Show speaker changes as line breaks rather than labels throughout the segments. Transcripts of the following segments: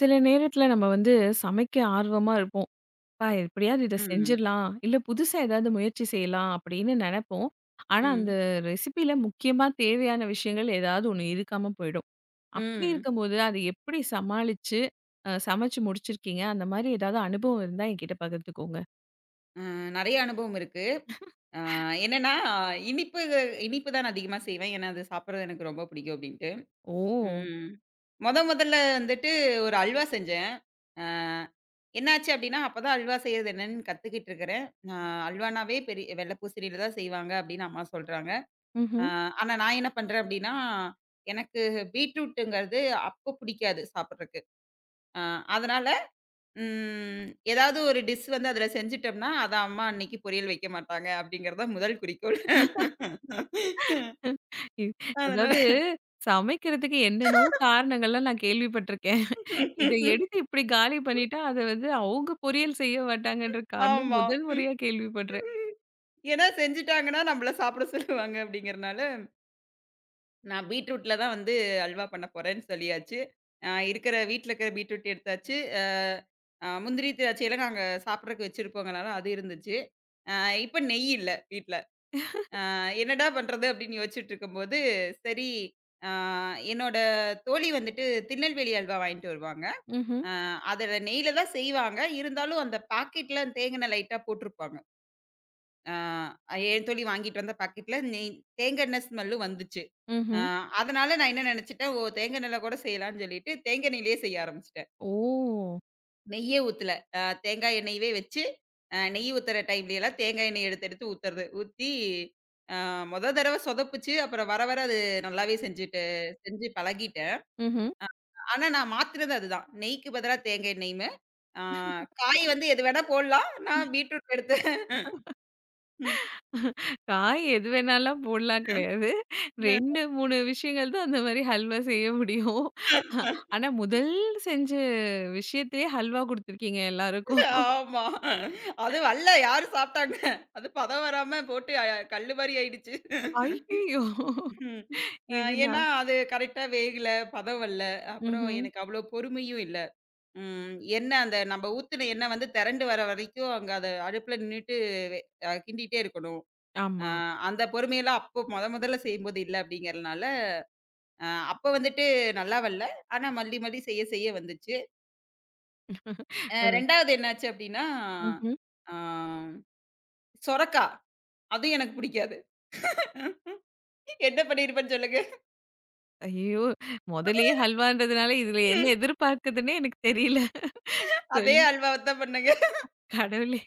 சில நேரத்துல நம்ம வந்து சமைக்க ஆர்வமா இருப்போம். "அப்பா எப்படியாவது இத
ம்.
செஞ்சிடலாம். இல்ல புதுசா ஏதாவது முயற்சி செய்யலாம்." அப்படின்னு நெனைப்போம். ஆனா, அந்த
ம்.
ரெசிபில முக்கியமா தேவையான விஷயங்கள் ஏதாவது ஒண்ணு இருக்காம போயிடும். அப்படி
ம்.
இருக்கும்போது அதை எப்படி சமாளிச்சு சமைச்சு முடிச்சிருக்கீங்க? அந்த மாரி ஏதாவது அனுபவம் இருந்தா என்கிட்ட பகிர்ந்துக்கோங்க.
அ நெறைய அனுபவம் இருக்கு. அ என்னன்னா, இனிப்பு இனிப்பு தான் நான் அதிகமா செய்வேன். ஏன்னா, அது சாப்பிடுறது எனக்கு ரொம்ப பிடிக்கும் அப்படின்ட்டு.
ஓ!
ம். மொத மொதல்ல வந்துட்டு ஒரு அல்வா செஞ்சேன். அ என்னாச்சு அப்படின்னா, அப்பதான் அல்வா செய்றது என்னன்னு கத்துக்கிட்டு இருக்கிறேன். அ அல்வானாவே பெரிய வெள்ள பூசணியில தான் செய்வாங்க அப்படின்னு அம்மா சொல்றாங்க. அ
ம்ஹ்ம்.
ஆனா நான் என்ன பண்றேன் அப்படின்னா, எனக்கு பீட்ரூட்டுங்கிறது அப்போ பிடிக்காது சாப்பிடுறக்கு. அ அதனால ம். ஏதாவது ஒரு டிஷ் வந்து அதுல செஞ்சுட்டோம்னா, அத அம்மா அன்னைக்கு பொரியல் வைக்க மாட்டாங்க அப்படிங்கிறது தான் முதல் குறிக்கோள்.
இ
அதனால
அதாவது சமைக்கிறதுக்கு என்னென்னவோ காரணங்கள்லாம் நான் கேள்விப்பட்டிருக்கேன். இத எடுத்து இப்படி காலி பண்ணிட்டா, அத வந்து அவங்க பொரியல் செய்ய மாட்டாங்கன்ற காரணம்
ஆமா.
முதல் முறையா கேள்விப்படுறேன்.
ஏன்னா செஞ்சுட்டாங்கன்னா நம்மள சாப்பிட சொல்லுவாங்க அப்படிங்கிறனால, நான் பீட்ரூட்ல தான் வந்து அல்வா பண்ண போறேன்னு சொல்லியாச்சு. இருக்கிற வீட்ல இருக்கிற பீட்ரூட் எடுத்தாச்சு. அ அ முந்திரி திராட்சையெல்லாம் நாங்க சாப்பிடறக்கு வச்சிருப்போங்கனால அது இருந்துச்சு. அ இப்ப நெய் இல்ல வீட்ல. என்னடா பண்றது? அப்படின்னு யோசிச்சுட்டு இருக்கும்போது, சரி அ என்னோட தோழி வந்துட்டு திருநெல்வேலி அல்வா வாங்கிட்டு வருவாங்க.
ம்ஹ்ம்.
அ அதுல நெய்யில தான் செய்வாங்க. இருந்தாலும் அந்த பாக்கெட்ல தேங்கெண்ண லைட்டா போட்டுருப்பாங்க. என் தோழி வாங்கிட்டு வந்த பாக்கெட்ல நெய் தேங்கெண்ண ஸ்மெல்லும் வந்துச்சு. அ
ம்ஹ்ம்.
அதனால நான் என்ன நெனச்சுட்டேன், ஓ தேங்கெண்ணெய்ல கூட செய்யலான்னு சொல்லிட்டு, தேங்கெண்ணெயிலேயே செய்ய ஆரம்பிச்சுட்டேன்.
ஓ!
நெய்யே ஊத்தல. தேங்காய் எண்ணெயவே வச்சு, நெய் ஊத்துற டைம்லயெல்லாம் தேங்காய் எண்ணெய் எடுத்து எடுத்து ஊத்துறது. ஊத்தி அ மொத தடவ சொதப்புச்சு. அப்புறம் வர வர அது நல்லாவே செஞ்சுட்டு செஞ்சு பழகிட்டேன்.
ம்ஹ்ம்.
ஆனா நான் மாத்துனது அதுதான். நெய்க்கு பதிலா தேங்காய் எண்ணெய்ன்னு. ஆ காய் வந்து எது வேணா போடலாம். நான் பீட்ரூட் எடுத்து ம்.
காய் எது வேணாலாம் போடலாம் கிடையாது. 2, 3 விஷயங்கள் தான் அந்த மாரி ஹல்வா செய்ய முடியும். ஆனா முதல் செஞ்ச விஷயத்திலேயே ஹல்வா குடுத்துருக்கீங்க எல்லாருக்கும்.
ஆமா. அது வல்ல யாரு சாப்ட்டாங்க? அது பதம் வராம போட்டு கல்லு மாரி ஆயிடுச்சு.
ஐய்யயோ!
ம். அ
இது
ஏன்னா
நான்
அது கரெக்ட்டா வேகல, பதம் வல்ல. அப்புறம்
ம்ஹ்ம்.
எனக்கு அவ்வளோ பொறுமையும் இல்ல. ம். எண்ணெய் அந்த நம்ம ஊத்துன எண்ணெய் வந்து திரண்டு வர வரைக்கும் அங்க அத அடுப்புல நின்னுட்டு வெ கிண்டிட்டே இருக்கணும். அ
ஆமா.
அந்த பொறுமையெல்லாம் அப்போ மொத மொதல்ல செய்யும்போது இல்ல அப்படிங்கிறனால, அ அப்ப வந்துட்டு நல்லா வரல. ஆனா மல்லி மல்லி செய்ய செய்ய வந்துச்சு. 2வது என்னாச்சு அப்படின்னா,
அது.
ஆ சொரக்கா. அதுவும் எனக்கு பிடிக்காது. என்ன பண்ணியிருப்பேன்னு சொல்லுங்க?
ஐயய்யோ! மொதல்லயே ஹல்வான்றதுனால இதுல என்ன எதிர்பார்க்குதுன்னே எனக்கு தெரியல.
அதே
சொல்
அல்வாவ தான் பண்ணேங்க.
கடவுளே!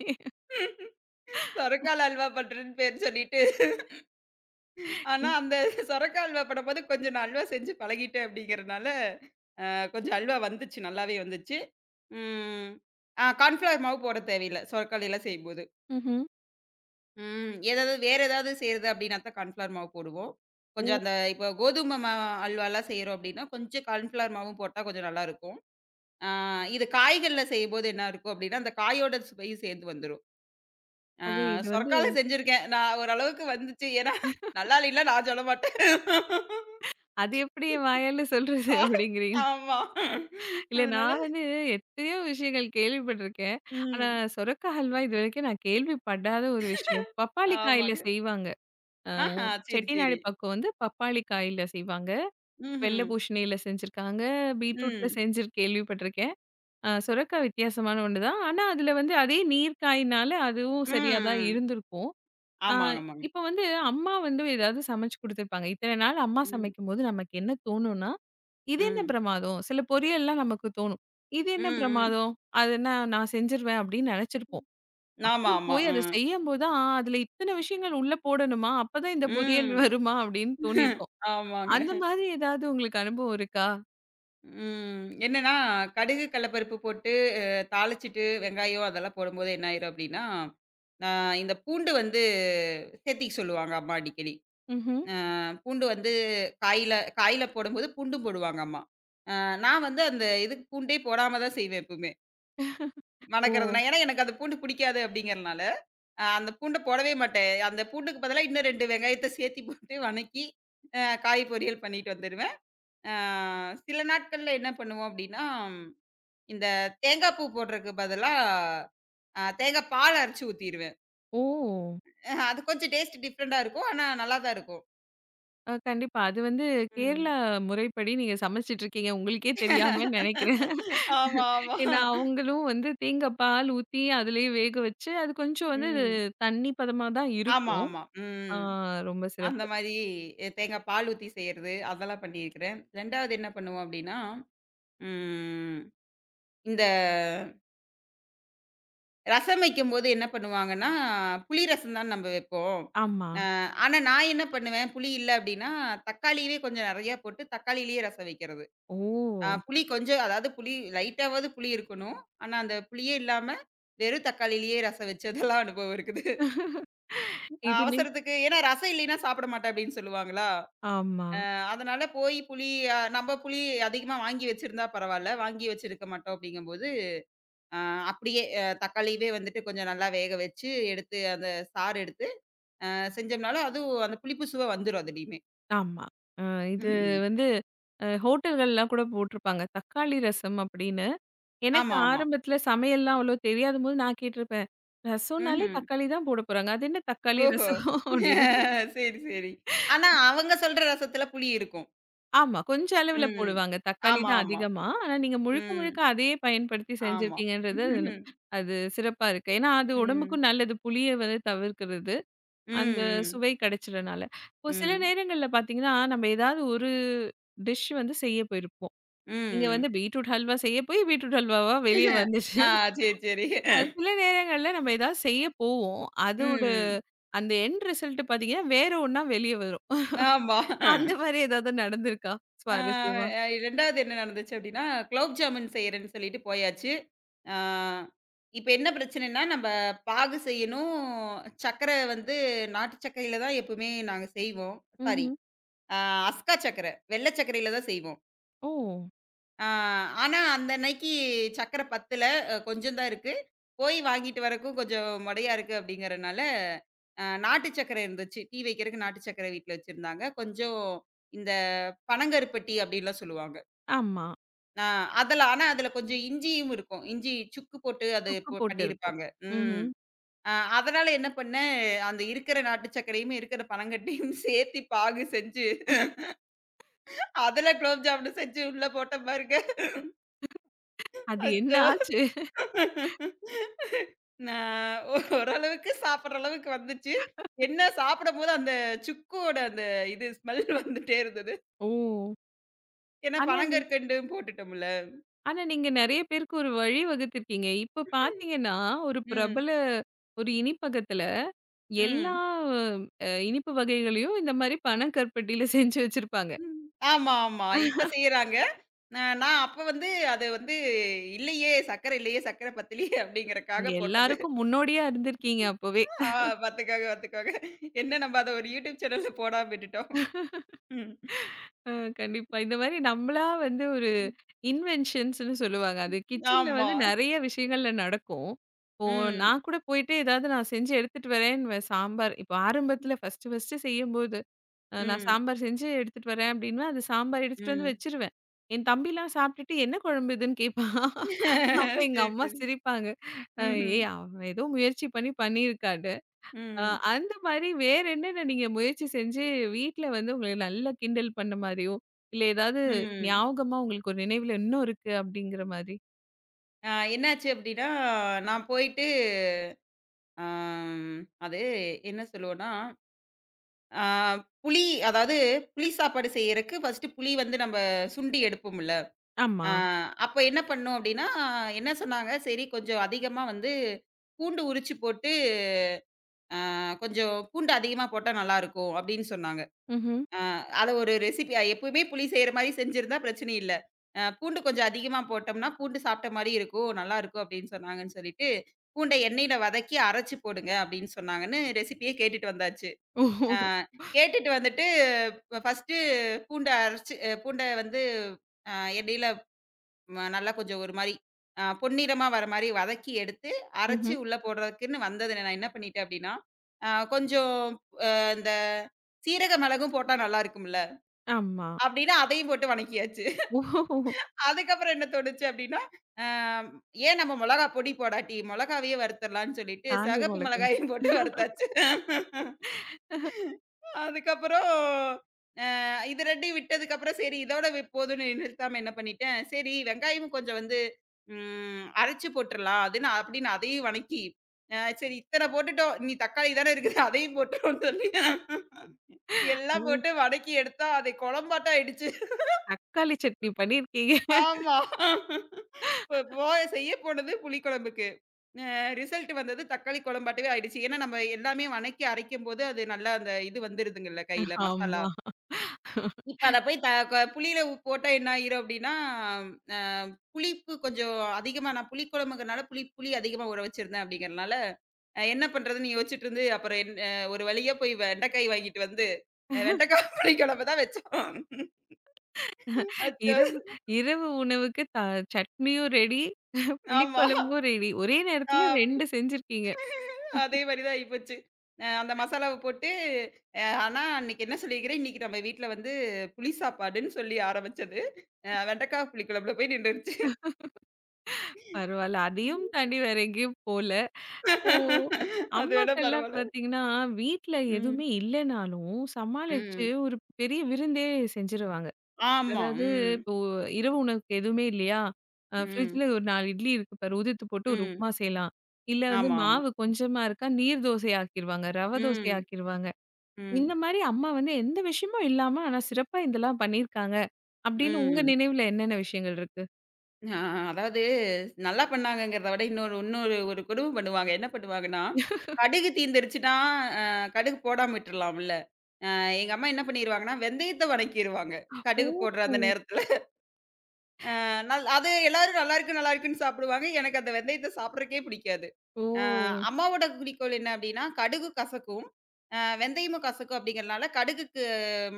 சொரக்கால அல்வா பண்றேன்னு பேர் சொல்லிட்டு, ஆனா
ம்.
அந்த சொரக்கா அல்வா பண்ணும்போது கொஞ்சம் நான் அல்வா செஞ்சு பழகிட்டேன் அப்படிங்கிறனால கொஞ்சம் அல்வா வந்துச்சு. நல்லாவே வந்துச்சு. ம். ஆ கார்ன்ஃப்ளவர் மாவு போட தேவையில்ல. சொரக்காலைல செய்யும்போது.
ம்ஹ்ம்.
ம். ஏதாவது வேற ஏதாவது செய்றது அப்படின்னா தான் கார்ன்ஃப்ளவர் மாவு போடுவோம். கொஞ்சம்
ஓ!
அந்த இப்போ கோதுமை மா அல்வாலாம் செய்றோம் அப்படின்னா, கொஞ்சம் கார்ன்ஃப்ளவர் மாவும் போட்டா கொஞ்சம் நல்லாருக்கும். ஆ இது காய்கள்ல செய்யும்போது என்ன இருக்கும் அப்படின்னா, அந்த காயோட சுவையும் சேர்ந்து வந்துரும். ஆ
அது இது வந்து
சொரக்கால செஞ்சிருக்கேன். நான் ஓரளவுக்கு வந்துச்சு. ஏன்னா நல்லா இல்லைன்னுலாம் நான் சொல்ல மாட்டேன்.
அது எப்படி என் வாயால சொல்றது
ஆ,
அப்படிங்கிறீங்க?
ஆமா.
இல்ல
அதனால
நான் வந்து எத்தனையோ விஷயங்கள் கேள்விப்பட்டுருக்கேன். ஆனா
ம்.
சொரக்கா ஹல்வா இதுவரைக்கும் நான் கேள்விப்படாத ஒரு விஷயம். பப்பாளி காயில
ஆமாங்க.
செய்வாங்க. அ
ஆஹா! சரி,
செட்டிநாடு
சரி.
பக்கம் வந்து பப்பாளி காயில செய்வாங்க.
ம்ஹ்ம்.
வெள்ள பூசணியில செஞ்சிருக்காங்க. பீட்ரூட்ல
ம்.
செஞ்சு கேள்விப்பட்டுருக்கேன். சுரக்கா வித்தியாசமான ஒண்ணு தான். ஆனா, அதுல வந்து அதே நீர் காயினால அதுவும் சரியா தான்
ம்.
இருந்திருக்கும். ஆ
ஆமா, ஆமாங்க.
இப்ப வந்து அம்மா வந்து ஏதாவது சமைச்சு குடுத்துருப்பாங்க. இத்தன நாள் அம்மா
ம்.
சமைக்கும்போது நமக்கு என்ன தோணும்னா, இது என்ன
ம்.
பிரமாதம்? சில பொரியல்லாம் நமக்கு தோணும். இது என்ன
ம். ம்.
பிரமாதம்? அது என்ன நான் செஞ்சுருவேன் அப்படின்னு நெனைச்சிருப்போம்.
ஆமா,
அப்புறம்
ஆமா.
போய் அத
ம்.
செய்யும்போது தான், அதுல இத்தன விஷயங்கள் உள்ள போடணுமா? அப்பதான் இந்த பொரியல்
ம்.
வருமா? அப்படின்னு தோணியிருக்கும்.
ஆமாங்க.
அந்த மாதிரி ஏதாவது உங்களுக்கு அனுபவம் இருக்கா?
ம். என்னன்னா, கடுகு, கடலப்பருப்பு போட்டு தாளிச்சுட்டு வெங்காயம் அதெல்லாம் போடும்போது என்ன ஆயிரும் அப்டின்னா, அ இந்த பூண்டு வந்து சேத்திக்க சொல்லுவாங்க அம்மா அடிக்கடி.
ம்ஹ்ம்.
அ பூண்டு வந்து காயில காயில போடும்போது பூண்டும் போடுவாங்க அம்மா. அ நான் வந்து அந்த இதுக்கு பூண்டே போடாம தான் செய்வேன் எப்பவுமே.
ஓ!
வணக்கறதுனா ஏன்னா எனக்கு அந்த பூண்டு பிடிக்காது அப்டிங்கிறனால. அந்த பூண்ட போடவே மாட்டேன். அந்த பூண்டுக்கு பதிலா இன்னும் 2 வெங்காயத்த சேர்த்தி போட்டு வணக்கி, அ காய் பொரியல் பண்ணிட்டு வந்துருவேன். அ சில நாட்கள்ல என்ன பண்ணுவோம் அப்டின்னா, இந்த தேங்கா பூ போடுறதுக்கு பதிலா தேங்கா பால் அரைச்சு ஊத்திருவேன்.
ஓ!
அது கொஞ்சம் டேஸ்ட் டிஃப்ரெண்டா இருக்கும். ஆனா நல்லா தான் இருக்கும்.
கண்டிப்பா. அது வந்து கேரளா
ம்.
முறைப்படி நீங்க சமைச்சுட்டு இருக்கீங்க. உங்களுக்கே தெரியாமன்னு நெனைக்கிறேன்.
ஆமா, ஆமா.
ஏன்னா அவங்களும் வந்து தேங்காய் பால் ஊத்தி அதிலேயே வேக வச்சு, அது கொஞ்சம் வந்து
ம்.
தண்ணி பதமா தான்
ஆமா,
இருக்கும்.
ஆமா.
ஆ
ம்.
ரொம்ப
அந்த
சிறப்பு.
மாரி தேங்கா பால் ஊத்தி செய்றது, அதெல்லாம் பண்ணியிருக்கிறேன். 2வது என்ன பண்ணுவோம் அப்டின்னா, ம் இந்த ரசம் வைக்கும்போது என்ன பண்ணுவாங்கன்னா, புளி ரசம் தான் நம்ம வைப்போம்.
ஆமா.
ஆனா நான் என்ன பண்ணுவேன், புளி இல்ல அப்டின்னா, தக்காளியவே கொஞ்சம் நெறையா போட்டு தக்காளியிலேயே ரசம் வைக்கிறது.
ஓ!
புளி கொஞ்சம் அதாவது புளி லைட்டாவாவது புளி இருக்கணும். ஆனா அந்த புளியே இல்லாம, வெறும் தக்காளியிலேயே ரசம் வச்சதெல்லாம் அனுபவம் இருக்குது.
இதுலே
அவசரத்துக்கு ஏன்னா ரசம் இல்லைன்னா சாப்பிட மாட்டேன் அப்டின்னு சொல்லுவாங்களா,
ஆமா,
அதனால போய் புளி நம்ம புளி அதிகமா வாங்கி வச்சிருந்தா பரவால்ல, வாங்கி வச்சிருக்க மாட்டோம் அப்டிங்கும்போது, அ அப்டியே தக்காளியவே வந்துட்டு கொஞ்சம் நல்லா வேக வச்சு, எடுத்து அந்த சாறு எடுத்து செஞ்சோம்னால அதுவும் அந்த புளிப்பு சுவை வந்துரும் அதுலயுமே.
ஆமா. அ இது
ம்.
வந்து அ ஹோட்டல்கள்லாம் கூட போட்டிருப்பாங்க. தக்காளி ரசம் அப்படின்னு. எனக்கு
ஆமா, ஆமா.
ஆரம்பத்தில சமையல்லாம் அவ்வளோ தெரியாதபோது நான் கேட்டிருப்பேன். ரசம்னாலே
ம்ஹ்ம்.
தக்காளி தான் போட போறாங்க. அது என்ன தக்காளி
ஓஹோ!
ரசம் அப்படின்னு.
சரி, சரி. ஆனா அவங்க சொல்ற ரசத்துல புளி இருக்கும்.
ஆமா. கொஞ்ச அளவுல
ம்.
போடுவாங்க. தக்காளி
ஆமா,
தான்
ஆமா.
அதிகமா. ஆனா நீங்க முழுக்க,
ம்.
முழுக்க அதையே பயன்படுத்தி
ஆமா.
செஞ்சிருக்கீங்கன்றது,
ம்.
அது சிறப்பா இருக்கு. ஏன்னா அது
ம்.
உடம்புக்கும் நல்லது. புளிய வந்து தவிர்க்கிறது. அந்த
ம்.
சுவை கிடைச்சதுனால. இப்போ சில
ம்.
நேரங்கள்ல பார்த்தீங்கன்னா, நம்ம ஏதாவது ஒரு டிஷ் வந்து செய்ய போயிருப்போம். நீங்க வந்து
ம்.
பீட்ரூட் ஹல்வா செய்ய போய் பீட்ரூட் ஹல்வாவா வெளிய வந்துச்சு.
ஆ சரி, சரி.
அது சில நேரங்கள்ல நம்ம ஏதாவது செய்ய போவோம். அதோட
ம்.
அந்த எண்ட் ரிசல்ட் பார்த்தீங்கன்னா, வேற ஒண்ணா வெளிய வரும்.
ஆமா.
அந்த மாரி ஏதாவது நடந்திருக்கா?
ஆ,
சுவாரஸ்யமா?
2வது என்ன நடந்துச்சு அப்டின்னா, குலோப் ஜாமுன் செய்றேன்னு சொல்லிட்டு போயாச்சு. ஆ இப்ப என்ன பிரச்சனைன்னா, நம்ப பாகு செய்யணும். சர்க்கர வந்து நாட்டு சர்க்கரையில தான் எப்பவுமே நாங்க செய்வோம். சாரி
ம்ஹ்ம்.
அ அஸ்கா சர்க்கர, வெள்ள சர்க்கரையில தான் செய்வோம்.
ஓ!
ஆ ஆனா, அந்த அன்னைக்கு சர்க்கர பத்தல. கொஞ்சம் தான் இருக்கு. போய் வாங்கிட்டு வரக்கும் கொஞ்சம் மொடையா இருக்கு அப்டிங்கிறனால, நாட்டு சர்க்கர இருந்துச்சு. டீ வைக்கிறக்கு நாட்டு சர்க்கர வீட்ல வச்சிருந்தாங்க. கொஞ்சம் இந்த பனங்கருப்பட்டி அப்டின்லாம் சொல்லுவாங்க.
ஆமா.
ஆ அதுல ஆனா அதுல கொஞ்சம் இஞ்சியும் இருக்கும். இஞ்சி சுக்கு போட்டு அது
சுக்கு
போ
போட்டிருக்கும்.
பண்ணியிருப்பாங்க. ம்.
ம்ஹ்ம்.
அ அதனால என்ன பண்ணேன், அந்த இருக்கிற நாட்டு சர்க்கரையும், இருக்கிற பனங்கட்டையும் சேர்த்து பாகு செஞ்சு, அதுல குலோப் ஜாமுனு செஞ்சு உள்ள போட்டேன் பாருங்க.
அது என்ன
அச்சோ!
ஆச்சு?
நான் ஓரளவுக்கு சாப்பிடுற அளவுக்கு வந்துச்சு. என்ன சாப்பிடும்போது அந்த சுக்கோட அந்த இது ஸ்மெல் வந்துட்டே இருந்தது.
ஓ!
ஏன்னா
ஆனா நீ
பனங்கற்கண்டும் போட்டுட்டோம்ல.
ஆனா நீங்க நெறைய பேருக்கு ஒரு வழி வகுத்துருக்கீங்க. இப்ப பார்த்தீங்கன்னா, ஒரு
ம்.
பிரபல ஒரு இனிப்பகத்துல எல்லா
ம்.
இனிப்பு வகைகளையும் இந்த மாரி பனக்கருப்பட்டியில செஞ்சு வச்சிருப்பாங்க.
ம். ஆமா, ஆமா. இப்ப செய்றாங்க. நான் அப்ப வந்து அது வந்து இல்லையே, சர்க்கரை இல்லையே, சர்க்கரை பத்தலயே
நீங்க
அப்படிங்கிறக்காக போட்டது.
எல்லாருக்கும் முன்னோடியா இருந்திருக்கீங்க அப்பவே.
ஆ பாத்துக்கோங்க, பாத்துக்கோங்க. என்ன நம்ம அத ஒரு யூடியூப் சேனல்ல போடாம விட்டுட்டோம். ம்.
அ கண்டிப்பா. இந்த மாரி நம்மளா வந்து ஒரு இன்வென்ஷன்ஸ்ன்னு சொல்லுவாங்க. அது கிச்சன்ல
ஆமா.
வந்து நெறைய விஷயங்கள்ல நடக்கும். இப்போ
ம்.
நான் கூட போயிட்டு ஏதாவது நான் செஞ்சு எடுத்துட்டு வரேன்னுவேன். சாம்பார் இப்போ ஆரம்பத்துல ஃபர்ஸ்ட்டு ஃபர்ஸ்ட்டு செய்யும்போது, நான்
ம்.
சாம்பார் செஞ்சு எடுத்துட்டு வரேன் அப்படின்னுவேன். அது சாம்பார் எடுத்துட்டு வந்து
ம்.
வச்சுருவேன். என் தம்பிலாம் சாப்பிட்டுட்டு என்ன குழம்பு இதுன்னு கேட்பான். அப்ப எங்க
சரி,
அம்மா
சரி.
சிரிப்பாங்க. அ
ம்ஹ்ம்.
ஏய் அவன் ஏதோ முயற்சி பண்ணி பண்ணியிருக்கான். அ
ம்.
அந்த மாரி வேற என்னென்ன நீங்க முயற்சி செஞ்சு, வீட்ல வந்து உங்கள நல்லா கிண்டல் பண்ண மாரியோ, இல்ல ஏதாவது
ம்.
ஞாபகமா உங்களுக்கு ஒரு நினைவுல இன்னும் இருக்கு அப்படிங்கிற மாதிரி?
அ என்னாச்சு அப்படின்னா, நான் போயிட்டு அம் அது என்ன சொல்லுவோம்னா, அ புளி அதாவது புளி சாப்பாடு செய்யறக்கு ஃபர்ஸ்ட்டு புளி வந்து நம்ம சுண்டி எடுப்போம்ல.
ஆமா.
ஆ அப்ப என்ன பண்ணோம் அப்டின்னா, என்ன சொன்னாங்க, சரி கொஞ்சம் அதிகமா வந்து பூண்டு உரிச்சு போட்டு, ஆ கொஞ்சம் பூண்டு அதிகமா போட்டா நல்லாருக்கும் அப்டின்னு சொன்னாங்க.
ம்ஹ்ம்.
ஆ அத ஒரு ரெசிபி எப்பவுமே புளி செய்ற மாரி செஞ்சிருந்தா பிரச்சனை இல்ல. பூண்டு கொஞ்சம் அதிகமா போட்டோம்னா, பூண்டு சாப்ட்ட மாரி இருக்கும், நல்லாருக்கும் அப்டின்னு சொன்னாங்கன்னு சொல்லிட்டு, பூண்ட எண்ணெயில வதக்கி அரைச்சு போடுங்க அப்டின்னு சொன்னாங்கன்னு ரெசிபிய கேட்டுட்டு வந்தாச்சு.
ஓஹோ!
ஆ கேட்டுட்டு வந்துட்டு, ஃபர்ஸ்ட்டு பூண்ட அரைச்சு பூண்ட வந்து அ எண்ணெயில நல்லா கொஞ்சம் ஒரு மாரி பொன்னிறமா வர மாரி வதக்கி எடுத்து, அரைச்சு
ம்ஹ்ம்.
உள்ள போடுறதுக்குன்னு வந்தது நான் என்ன பண்ணிட்டேன் அப்டின்னா, அ கொஞ்சம் அ இந்த சீரக மிளகும் போட்டா நல்லா இருக்கும்ல,
ஆமா.
அப்டின்னு அதையும் போட்டு வணக்கியாச்சு.
ஓஹோ!
அதுக்கப்புறம் என்ன தோணுச்சு அப்டின்னா, அ ஏன் நம்ம மொளகா பொடி போடாட்டி மொளகாவையே வறுத்தரலான்னு சொல்லிட்டு,
காஞ்ச
சிகப்பு
மொளகா.
மிளகாயும் போட்டு வறுத்தாச்சு. அதுக்கப்புறம் இது 2யும் விட்டதுக்கு அப்புறம் சரி இதோட போதும்ன்னு நிறுத்தாம என்ன பண்ணிட்டேன், சரி வெங்காயமும் கொஞ்சம் வந்து அரைச்சு போட்டுறலாம் அதுன்னு அப்படின்னு அதையும் வணக்கி, சரி இத்தன போட்டுட்டோம். இனி தக்காளி தானே இருக்குது அதையும் போட்டுருவோம்ன்னு சொல்லி எல்லாம்
அது
போட்டு வதக்கி எடுத்தா அது குழம்பாட்டம் ஆயிடுச்சு.
தக்காளி சட்னி பண்ணியிருக்கீங்க.
ஆமா. இப்போ செய்ய போனது புளிக்குழம்புக்கு. அ ரிசல்ட் வந்தது தக்காளி குழம்பாட்டவே ஆயிடுச்சு. ஏன்னா நம்ம எல்லாமே வணக்கி அரைக்கும்போது அது நல்லா அந்த இது வந்துருதுங்கல்ல கையில மசாலா.
ஆமா.
இப்ப அத போய் த க புளியில போட்டா என்ன ஆயிரும் அப்டின்னா, அ புளிப்பு கொஞ்சம் அதிகமா நான் புளிக்குழம்புங்கிறனால புளி புளி அதிகமா ஊற வச்சிருந்தேன் அப்டிங்கிறனால, என்ன பண்றதுன்னு யோசிச்சுட்டு இருந்து அப்புறம் என் ஒரு வழியா போய் வெண்டைக்காய் வாங்கிட்டு வந்து, வெண்டைக்கா புளிக்குழம்பு தான் வச்சோம். அச்சோ!
இரவு இரவு உணவுக்கு சட்னியும் ரெடி,
ஆமா.
புளிக்குழம்பும் ரெடி. ஒரே
ஆ
நேரத்துல
அப்டி
2 செஞ்சிருக்கீங்க.
அதே மாரி தான் ஆயிப்போச்சு. அந்த மசாலாவ போட்டு ஆனா அன்னைக்கு என்ன சொல்லியிருக்கிறேன், இன்னைக்கு நம்ம வீட்ல வந்து புளி சாப்பாடுன்னு சொல்லி ஆரம்பிச்சது, வெண்டைக்கா புளிக்குழம்புல போய் நின்னுருச்சு.
பரவால்ல. அதையும் தாண்டி வேற எங்கேயும் போல. ஓ!
அது வேணா
அம்மாக்கள்லாம்
பரவால்ல.
பார்த்தீங்கன்னா, வீட்ல
ம்.
எதுவுமே இல்லனாலும் சமாளிச்சு
ம்.
ஒரு பெரிய விருந்தே செஞ்சுருவாங்க.
ஆமா.
அதாவது
ம்.
இப்போ இரவு உணவுக்கு எதுவுமே இல்லையா?
ம்.
ஃப்ரிட்ஜ்ல ஒரு 4 இட்லி இருக்கு பாரு உதிர்த்து போட்டு ஒரு
ம்.
உப்புமா செய்யலாம். இல்ல வந்து
ஆமா, ஆமா.
மாவு கொஞ்சமா இருக்கா நீர் தோசை ஆக்கிருவாங்க. ரவ தோசை
ம்.
ஆக்கிருவாங்க.
ம்.
இந்த மாரி அம்மா வந்து எந்த விஷயமும் இல்லாம ஆனா சிறப்பா இதெல்லாம் பண்ணியிருக்காங்க. அப்படின்னு உங்க
ம்.
நினைவுல என்னென்ன விஷயங்கள் இருக்கு?
ஆ அதாவது நல்லா பண்ணாங்கங்கிறத விட இன்னொரு இன்னொரு ஒரு கொடும பண்ணுவாங்க. என்ன பண்ணுவாங்கன்னா, கடுகு தீந்துருச்சுன்னா, அ கடுகு போடாம விட்டுறலாம்ல. எங்க அம்மா என்ன பண்ணிருவாங்கன்னா, வெந்தயத்த வணக்கிருவாங்க. கடுகு
ஓ!
போடுற அந்த நேரத்துல. அது எல்லாரும் நல்லா இருக்கு, நல்லா இருக்குன்னு சாப்பிடுவாங்க. எனக்கு அந்த வெந்தயத்த சாப்பிடுறக்கே பிடிக்காது. அ
ஓ!
அம்மாவோட குறிக்கோள் என்ன அப்டின்னா, கடுகு கசக்கும். வெந்தயமும் கசக்கும் அப்டிங்கிறனால, கடுகுக்கு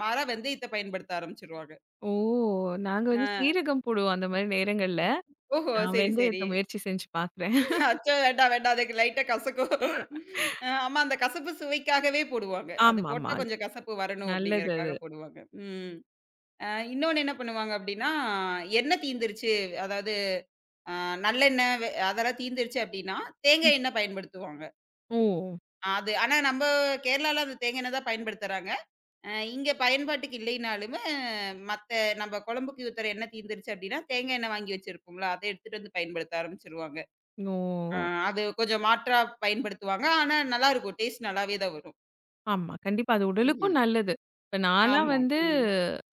மாறா வெந்தயத்த பயன்படுத்த ஆரம்பிச்சுருவாங்க.
ஓ! நாங்க வந்து
அ
சீரகம் போடுவோம் அந்த மாரி நேரங்கள்ல.
ஓஹோ!
நான்
சரி, சரி.
வெந்தயத்த முயற்சி செஞ்சு பார்க்குறேன்.
அச்சோ! வேண்டாம், வேண்டாம். அதுக்கு லைட்டா கசக்கும். ஆமா, அந்த கசப்பு சுவைக்காகவே போடுவாங்க. அது
ஆமாமா.
போட்டா கொஞ்சம் கசப்பு வரணும்
நல்லது
அப்டிங்கிறக்காக
அது.
போடுவாங்க. ம். அ இன்னொன்னு என்ன பண்ணுவாங்க அப்டின்னா, எண்ணெய் தீந்துருச்சு அதாவது ஆ நல்லெண்ணெய் அதெல்லாம் தீர்ந்துருச்சு அப்படின்னா,
ம்.
தேங்காய் எண்ணெய் பயன்படுத்துவாங்க.
ஓ!
அது ஆனா நம்ம கேரளால அந்த தேங்காய் எண்ணெய் தான் பயன்படுத்துறாங்க. அ இங்க பயன்பாட்டுக்கு இல்லைனாலுமே, மத்த நம்ம குழம்புக்கு ஊத்துற எண்ணெய் தீர்ந்துருச்சு அப்படின்னா, தேங்காய் எண்ணெய் வாங்கி வச்சிருப்போம்ல, அத எடுத்துட்டு வந்து பயன்படுத்த ஆரம்பிச்சுருவாங்க. அ
ஓ!
அது கொஞ்சம் மாற்றா பயன்படுத்துவாங்க. ஆனா நல்லாருக்கும். டேஸ்ட் நல்லாவே தான் வரும்.
ஆமா. கண்டிப்பா. அது உடலுக்கும்
ம்ஹ்ம்.
நல்லது. இப்ப நான்லாம்
ஆமா.
வந்து
ம்.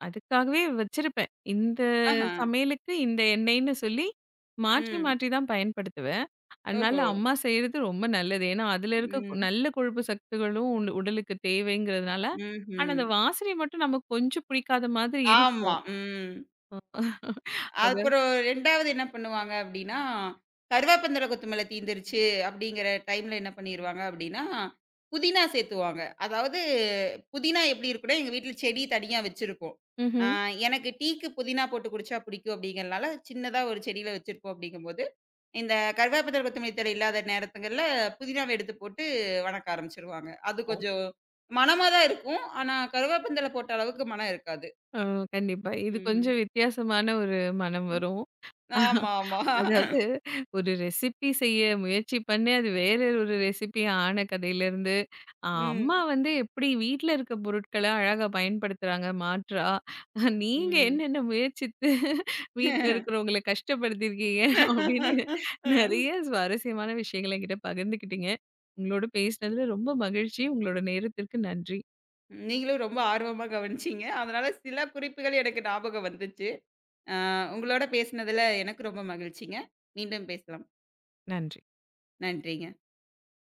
அதுக்காகவே வச்சிருப்பேன். இந்த
ஆஹா.
சமையலுக்கு இந்த எண்ணெய்ன்னு சொல்லி மாற்றி
ம்.
மாற்றி தான் பயன்படுத்துவேன். அதனால
ஓஹோ!
அம்மா செய்றது ரொம்ப நல்லது. ஏன்னா அதுல இருக்க கு
ம்.
நல்ல கொழுப்பு சத்துக்களும் உ உடலுக்கு தேவைங்கிறதுனால. ஆனா
ம்ஹ்ம்.
அந்த வாசனை மட்டும் நமக்கு கொஞ்சம் பிடிக்காத மாதிரி
ஆமா.
இருக்கும்.
ம்.
அது
அப்புறம் 2வது என்ன பண்ணுவாங்க அப்டின்னா, கருவேப்பந்தழை, கொத்தமல்லி தீந்துருச்சு அப்டிங்கிற டைம்ல என்ன பண்ணிருவாங்க அப்டின்னா, புதினா சேத்துவாங்க. அதாவது புதினா எப்டி இருக்குன்னா, எங்க வீட்ல செடி தனியா வச்சிருக்கோம். ஆ
ம்ஹ்ம்.
எனக்கு டீக்கு புதினா போட்டு குடிச்சா பிடிக்கும் அப்டிங்கிறனால, சின்னதா ஒரு செடியில வச்சிருப்போம் அப்டிங்கும்போது, இந்த கருவேப்பந்தழை, கொத்தமல்லி தழை இல்லாத நேரத்துங்கள்ல புதினாவ எடுத்து போட்டு வணக்க ஆரம்பிச்சுருவாங்க. அது
ஓ!
கொஞ்சம் மணமா தான் இருக்கும். ஆனா கருவேப்பந்தழை போட்ட அளவுக்கு மணம் இருக்காது.
அ கண்டிப்பா. இது
ம்.
கொஞ்சம் வித்தியாசமான ஒரு மனம் வரும்.
ஆமா, ஆமா.
அதாவது ஒரு ரெசிபி செய்ய முயற்சி பண்ணி, அது வேற ஒரு ரெசிபி ஆன கதையிலருந்து, அ அம்மா
ம்,
வந்து எப்படி வீட்ல இருக்க பொருட்கள அழகா பயன்படுத்துறாங்க மாற்றா, நீங்க
ம்.
என்னென்ன முயற்சித்து வீட்ல இருக்கிறவங்கள கஷ்டப்படுத்தியிருக்கீங்க அப்படின்னு நெறைய சுவாரஸ்யமான விஷயங்கள என்கிட்ட பகிர்ந்துக்கிட்டீங்க. உங்களோட பேசினதுல ரொம்ப மகிழ்ச்சி. உங்களோட நேரத்திற்கு நன்றி.
நீங்களும் ரொம்ப ஆர்வமா கவனிச்சீங்க. அதனால சில குறிப்புகள் எனக்கு ஞாபகம் வந்துச்சு. உங்களோட பேசினதுல எனக்கு ரொம்ப மகிழ்ச்சிங்க. மீண்டும் பேசலாம்.
நன்றி.
நன்றிங்க.